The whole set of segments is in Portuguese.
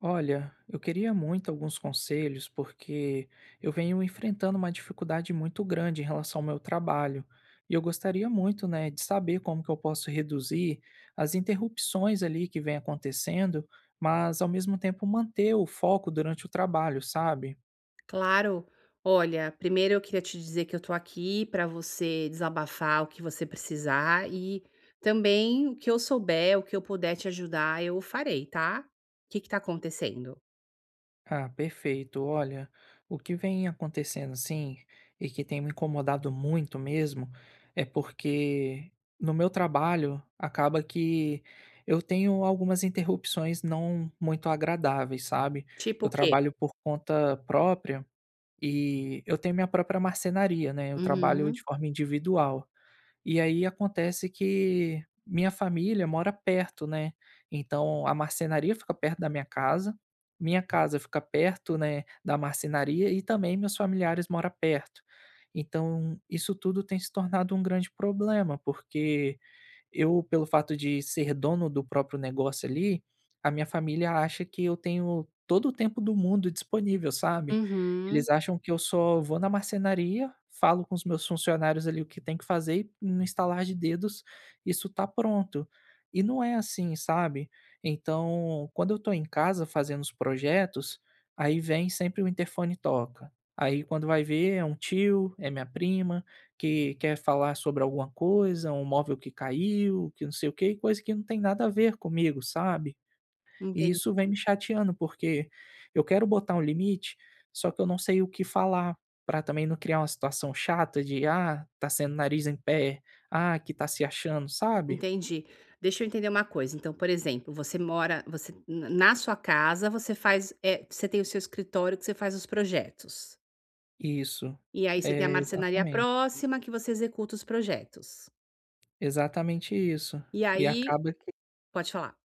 Olha, eu queria muito alguns conselhos porque eu venho enfrentando uma dificuldade muito grande em relação ao meu trabalho. E eu gostaria muito, né, de saber como que eu posso reduzir as interrupções ali que vem acontecendo, mas ao mesmo tempo manter o foco durante o trabalho, sabe? Claro. Olha, primeiro eu queria te dizer que eu tô aqui para você desabafar o que você precisar e também o que eu souber, o que eu puder te ajudar, eu farei, tá? O que tá acontecendo? Ah, perfeito. Olha, o que vem acontecendo assim e que tem me incomodado muito mesmo é porque no meu trabalho acaba que eu tenho algumas interrupções não muito agradáveis, sabe? Tipo o Eu quê? trabalho por conta própria e eu tenho minha própria marcenaria, né? Eu trabalho de Uhum. forma individual. E aí acontece que minha família mora perto, né, então a marcenaria fica perto da minha casa fica perto, né, da marcenaria e também meus familiares mora perto. Então isso tudo tem se tornado um grande problema, porque eu, pelo fato de ser dono do próprio negócio ali, a minha família acha que eu tenho todo o tempo do mundo disponível, sabe. Uhum. Eles acham que eu só vou na marcenaria, falo com os meus funcionários ali o que tem que fazer e no estalar de dedos isso tá pronto. E não é assim, sabe. Então, quando eu tô em casa fazendo os projetos, aí vem sempre o interfone e toca. Aí quando vai ver é um tio, é minha prima, que quer falar sobre alguma coisa, um móvel que caiu, que não sei o quê, coisa que não tem nada a ver comigo, sabe. E Entendi. isso vem me chateando, porque eu quero botar um limite, só que eu não sei o que falar, para também não criar uma situação chata de: "Ah, tá sendo nariz em pé. Ah, que tá se achando", sabe. Entendi. Deixa eu entender uma coisa, então, por exemplo, você mora você na na sua casa você tem o seu escritório que você faz os projetos. Isso. E aí você tem a É, marcenaria exatamente. próxima que você executa os projetos. Exatamente isso. E E aí acaba pode falar.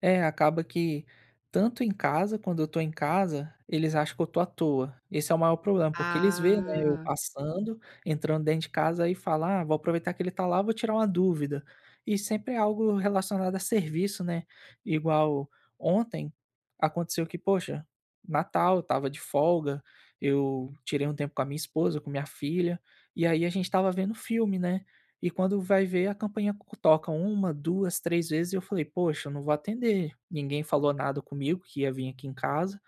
É, acaba que tanto em casa, quando eu tô em casa, eles acham que eu tô à toa. Esse é o maior problema, porque eles veem, né, eu Ah, passando, entrando dentro de casa e falam: "Ah, vou aproveitar que ele tá lá, vou tirar uma dúvida". E sempre é algo relacionado a serviço, né. Igual ontem aconteceu que, poxa, Natal, eu tava de folga, eu tirei um tempo com a minha esposa, com minha filha, e aí a gente estava vendo filme, né. E quando vai ver, a campainha toca uma 2 3 vezes e eu falei: "Poxa, eu não vou atender, ninguém falou nada comigo que ia vir aqui em casa".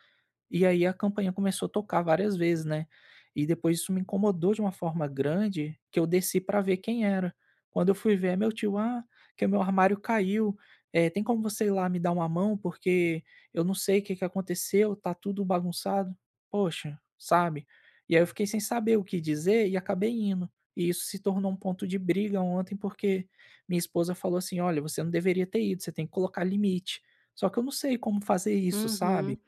E aí a campainha começou a tocar várias vezes, né. E depois isso me incomodou de uma forma grande, que eu desci para ver quem era. Quando eu fui ver, é meu tio: "Ah, que o meu armário caiu, tem como você ir lá me dar uma mão? Porque eu não sei o que que aconteceu, tá tudo bagunçado". Poxa, sabe. E aí eu fiquei sem saber o que dizer e acabei indo. E isso se tornou um ponto de briga ontem, porque minha esposa falou assim: "Olha, você não deveria ter ido, você tem que colocar limite". Só que eu não sei como fazer isso, sabe. uhum.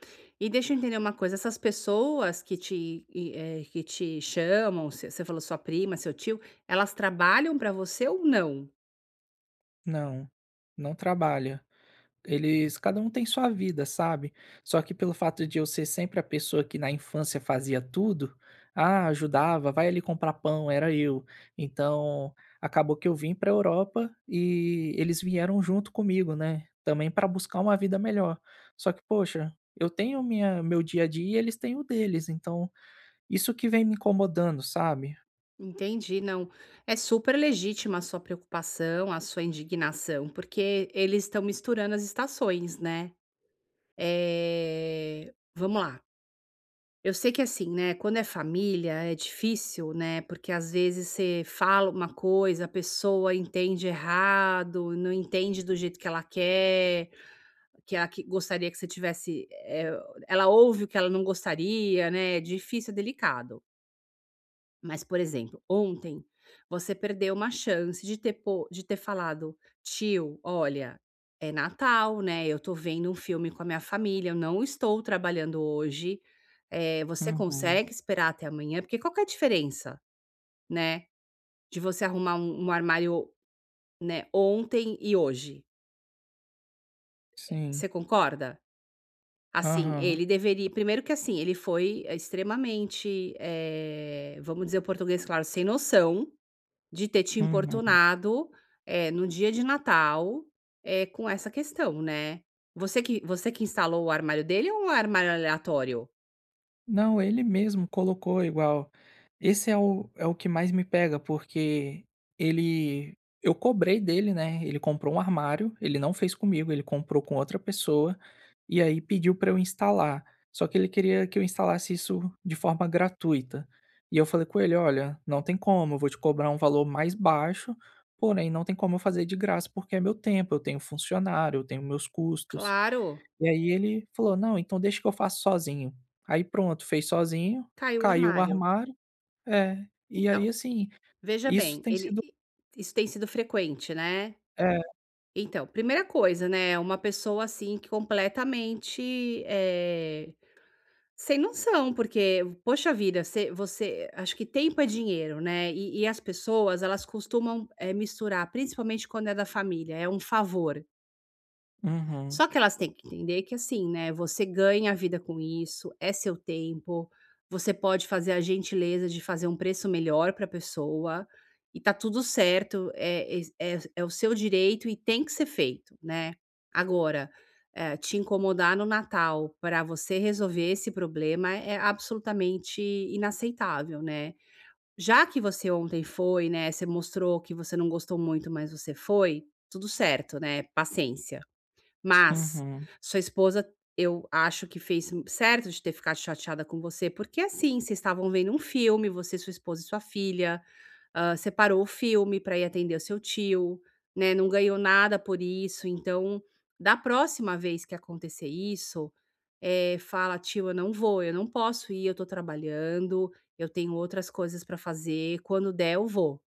E deixa eu entender uma coisa, essas pessoas que te chamam, você falou sua prima, seu tio, elas trabalham para você ou não? Não, não trabalha. Eles cada um tem sua vida, sabe. Só que pelo fato de eu ser sempre a pessoa que na infância fazia tudo, ah, ajudava, vai ali comprar pão, era eu. Então, acabou que eu vim pra Europa e eles vieram junto comigo, né, também para buscar uma vida melhor. Só que, poxa, eu tenho minha meu dia a dia e eles têm o deles, então isso que vem me incomodando, sabe. Entendi, não. É super legítima a sua preocupação, a sua indignação, porque eles estão misturando as estações, né. Vamos lá. Eu sei que assim, né, quando é família é difícil, né, porque às vezes você fala uma coisa, a pessoa entende errado, não entende do jeito que ela quer, que ela que gostaria que você tivesse, ela ouve o que ela não gostaria, né, é difícil, é delicado. Mas, por exemplo, ontem você perdeu uma chance de ter falado: "Tio, olha, é Natal, né, eu tô vendo um filme com a minha família, eu não estou trabalhando hoje, você Uhum, consegue esperar até amanhã?". Porque qual que é a diferença, né, de você arrumar um armário, né, ontem e hoje? sim. Você concorda? Assim, Aham, ele deveria primeiro que, assim, ele foi extremamente, vamos dizer o português claro, sem noção. De ter te uhum. importunado, no dia de Natal, com essa questão, né. Você que instalou o armário dele ou um armário aleatório? Não, ele mesmo colocou igual. Esse é o, é o que mais me pega, porque ele. Eu cobrei dele, né? Ele comprou um armário, ele não fez comigo, ele comprou com outra pessoa, e aí pediu para eu instalar. Só que ele queria que eu instalasse isso de forma gratuita. E eu falei com ele: olha, não tem como, eu vou te cobrar um valor mais baixo, porém não tem como eu fazer de graça, porque é meu tempo, eu tenho funcionário, eu tenho meus custos. Claro, E aí ele falou: "Não, então deixa que eu faço sozinho". Aí pronto, fez sozinho, caiu o caiu o armário. armário é. E Então, aí, assim, veja isso bem, tem ele sido isso tem sido frequente, né. é. Então, primeira coisa, né, uma pessoa, assim, que completamente, sem noção, porque, poxa vida, você acho que tempo é dinheiro, né, e as pessoas, elas costumam, misturar, principalmente quando é da família, é um favor. Uhum, Só que elas têm que entender que assim, né, você ganha a vida com isso, é seu tempo, você pode fazer a gentileza de fazer um preço melhor para a pessoa, e tá tudo certo, é es é é o seu direito e tem que ser feito, né. Agora, te incomodar no Natal para você resolver esse problema é absolutamente inaceitável, né. Já que você ontem foi, né, você mostrou que você não gostou muito, mas você foi, tudo certo, né, paciência. Mas uhum, sua esposa, eu acho que fez certo de ter ficado chateada com você, porque, é assim, vocês estavam vendo um filme, você, sua esposa e sua filha, hã, você o filme para ir atender o seu tio, né, não ganhou nada por isso. Então, da próxima vez que acontecer isso, fala: "Tio, eu não vou, eu não posso ir, eu tô trabalhando, eu tenho outras coisas para fazer, quando der eu vou",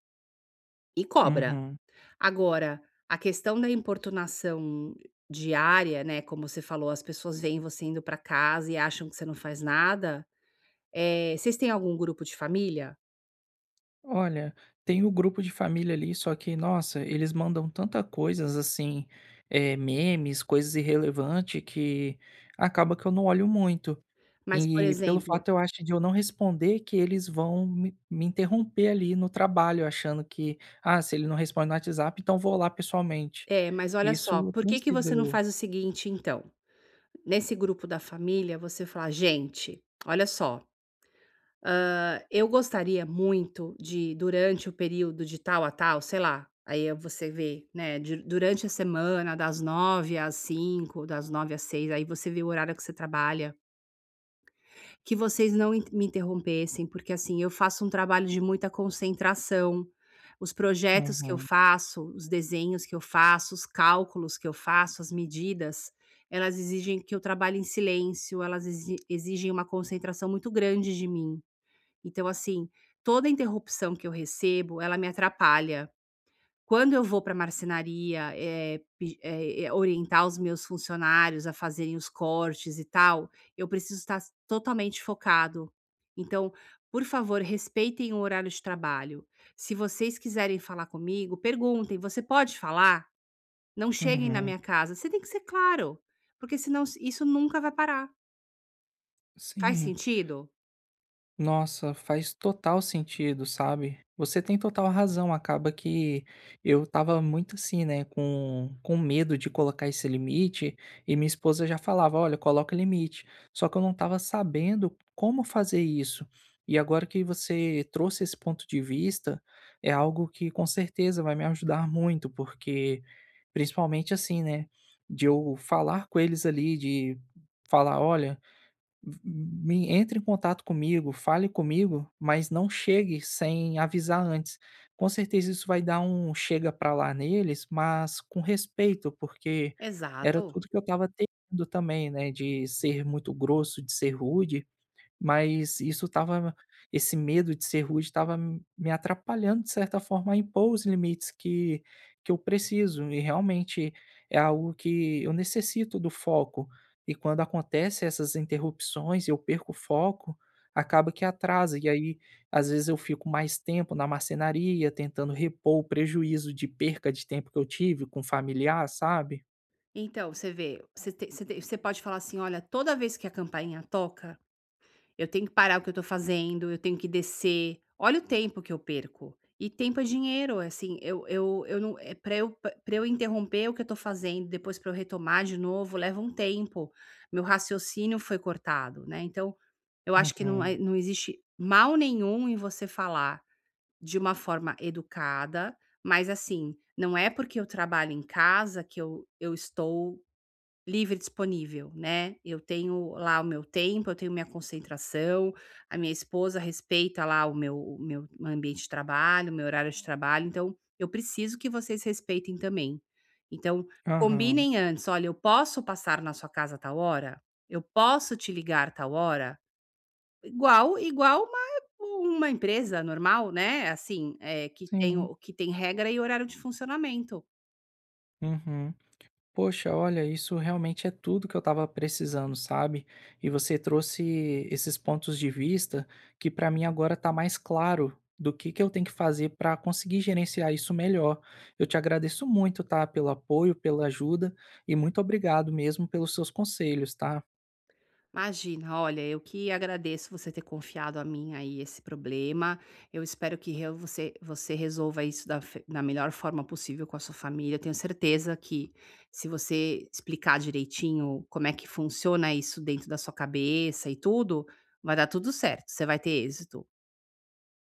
e cobra. uhum. Agora, a questão da importunação diária, né, como você falou, as pessoas veem você indo para casa e acham que você não faz nada, vocês têm algum grupo de família? Olha, tem o grupo de família ali, só que, nossa, eles mandam tanta coisas, assim, memes, coisas irrelevante que acaba que eu não olho muito. Mas, por E pelo exemplo fato, eu acho, de eu não responder que eles vão me interromper ali no trabalho, achando que: "Ah, se ele não responde no WhatsApp, então vou lá pessoalmente". é, mas olha só, Isso por tem que que você não sido. faz o seguinte então? Nesse grupo da família, você fala: "Gente, olha só. Eu gostaria muito de, durante o período de tal a tal, sei lá, aí você vê, né, durante a semana, das 9 às 5, das 9 às seis". Aí você vê o horário que você trabalha, que vocês não in- me interrompessem, porque assim, eu faço um trabalho de muita concentração. Os projetos que eu Uhum, faço, os desenhos que eu faço, os cálculos que eu faço, as medidas, elas exigem que eu trabalhe em silêncio, elas exigem uma concentração muito grande de mim. Então, assim, toda interrupção que eu recebo, ela me atrapalha. Quando eu vou para a marcenaria, orientar os meus funcionários a fazerem os cortes e tal, eu preciso estar s totalmente focado. Então, por favor, respeitem o horário de trabalho. Se vocês quiserem falar comigo, perguntem: "Você pode falar?". Não cheguem na uhum, minha casa. Você tem que ser claro, porque senão s isso nunca vai parar. Faz sim. sentido? Nossa, faz total sentido, sabe? Você tem total razão. Acaba que eu tava muito assim, né, com medo de colocar esse limite, e minha esposa já falava: olha, coloca limite. Só que eu não tava sabendo como fazer isso. E agora que você trouxe esse ponto de vista, é algo que com certeza vai me ajudar muito, porque principalmente assim, né, de eu falar com eles ali, de falar: olha. Me entre em contato comigo, fale comigo, mas não chegue sem avisar antes. Com certeza isso vai dar um chega pra lá neles, mas com respeito, porque era Exato. tudo que eu estava tendo também, né, de ser muito grosso, de ser rude. Mas isso estava esse medo de ser rude estava me atrapalhando, de certa forma, a impor os limites que eu preciso e realmente é algo que eu necessito do foco. E quando acontece essas interrupções e eu perco o foco, acaba que atrasa, e aí, às vezes, eu fico mais tempo na marcenaria tentando repor o prejuízo de perca de tempo que eu tive com familiar, sabe? Então, você vê, você pode falar assim: "Olha, toda vez que a campainha toca, eu tenho que parar o que eu estou fazendo, eu tenho que descer. Olha o tempo que eu perco". E tempo é dinheiro, é assim, eu não eh, pra eu interromper o que eu estou fazendo, depois pra eu retomar de novo, leva um tempo. Meu raciocínio foi cortado, né. Então, eu acho que Uhum, não existe mal nenhum em você falar de uma forma educada, mas assim, não é porque eu trabalho em casa que eu estou livre e disponível, né. Eu tenho lá o meu tempo, eu tenho minha concentração, a minha esposa respeita lá o meu ambiente de trabalho, o meu horário de trabalho, então eu preciso que vocês respeitem também. Então, aham. combinem antes: "Olha, eu posso passar na sua casa a tal hora? Eu posso te ligar a tal hora?". Igual uma empresa normal, né, assim, é que tem Sim. o que tem regra e horário de funcionamento. Uhum. Poxa, olha, isso realmente é tudo que eu estava precisando, sabe? E você trouxe esses pontos de vista que para mim agora tá mais claro do que eu tenho que fazer para conseguir gerenciar isso melhor. Eu te agradeço muito, tá, pelo apoio, pela ajuda e muito obrigado mesmo pelos seus conselhos, tá? Imagina, olha, eu que agradeço você ter confiado a mim aí esse problema. Eu espero que você, você resolva isso da, da melhor forma possível com a sua família. Eu tenho certeza que se você explicar direitinho como é que funciona isso dentro da sua cabeça e tudo, vai dar tudo certo. Você vai ter êxito.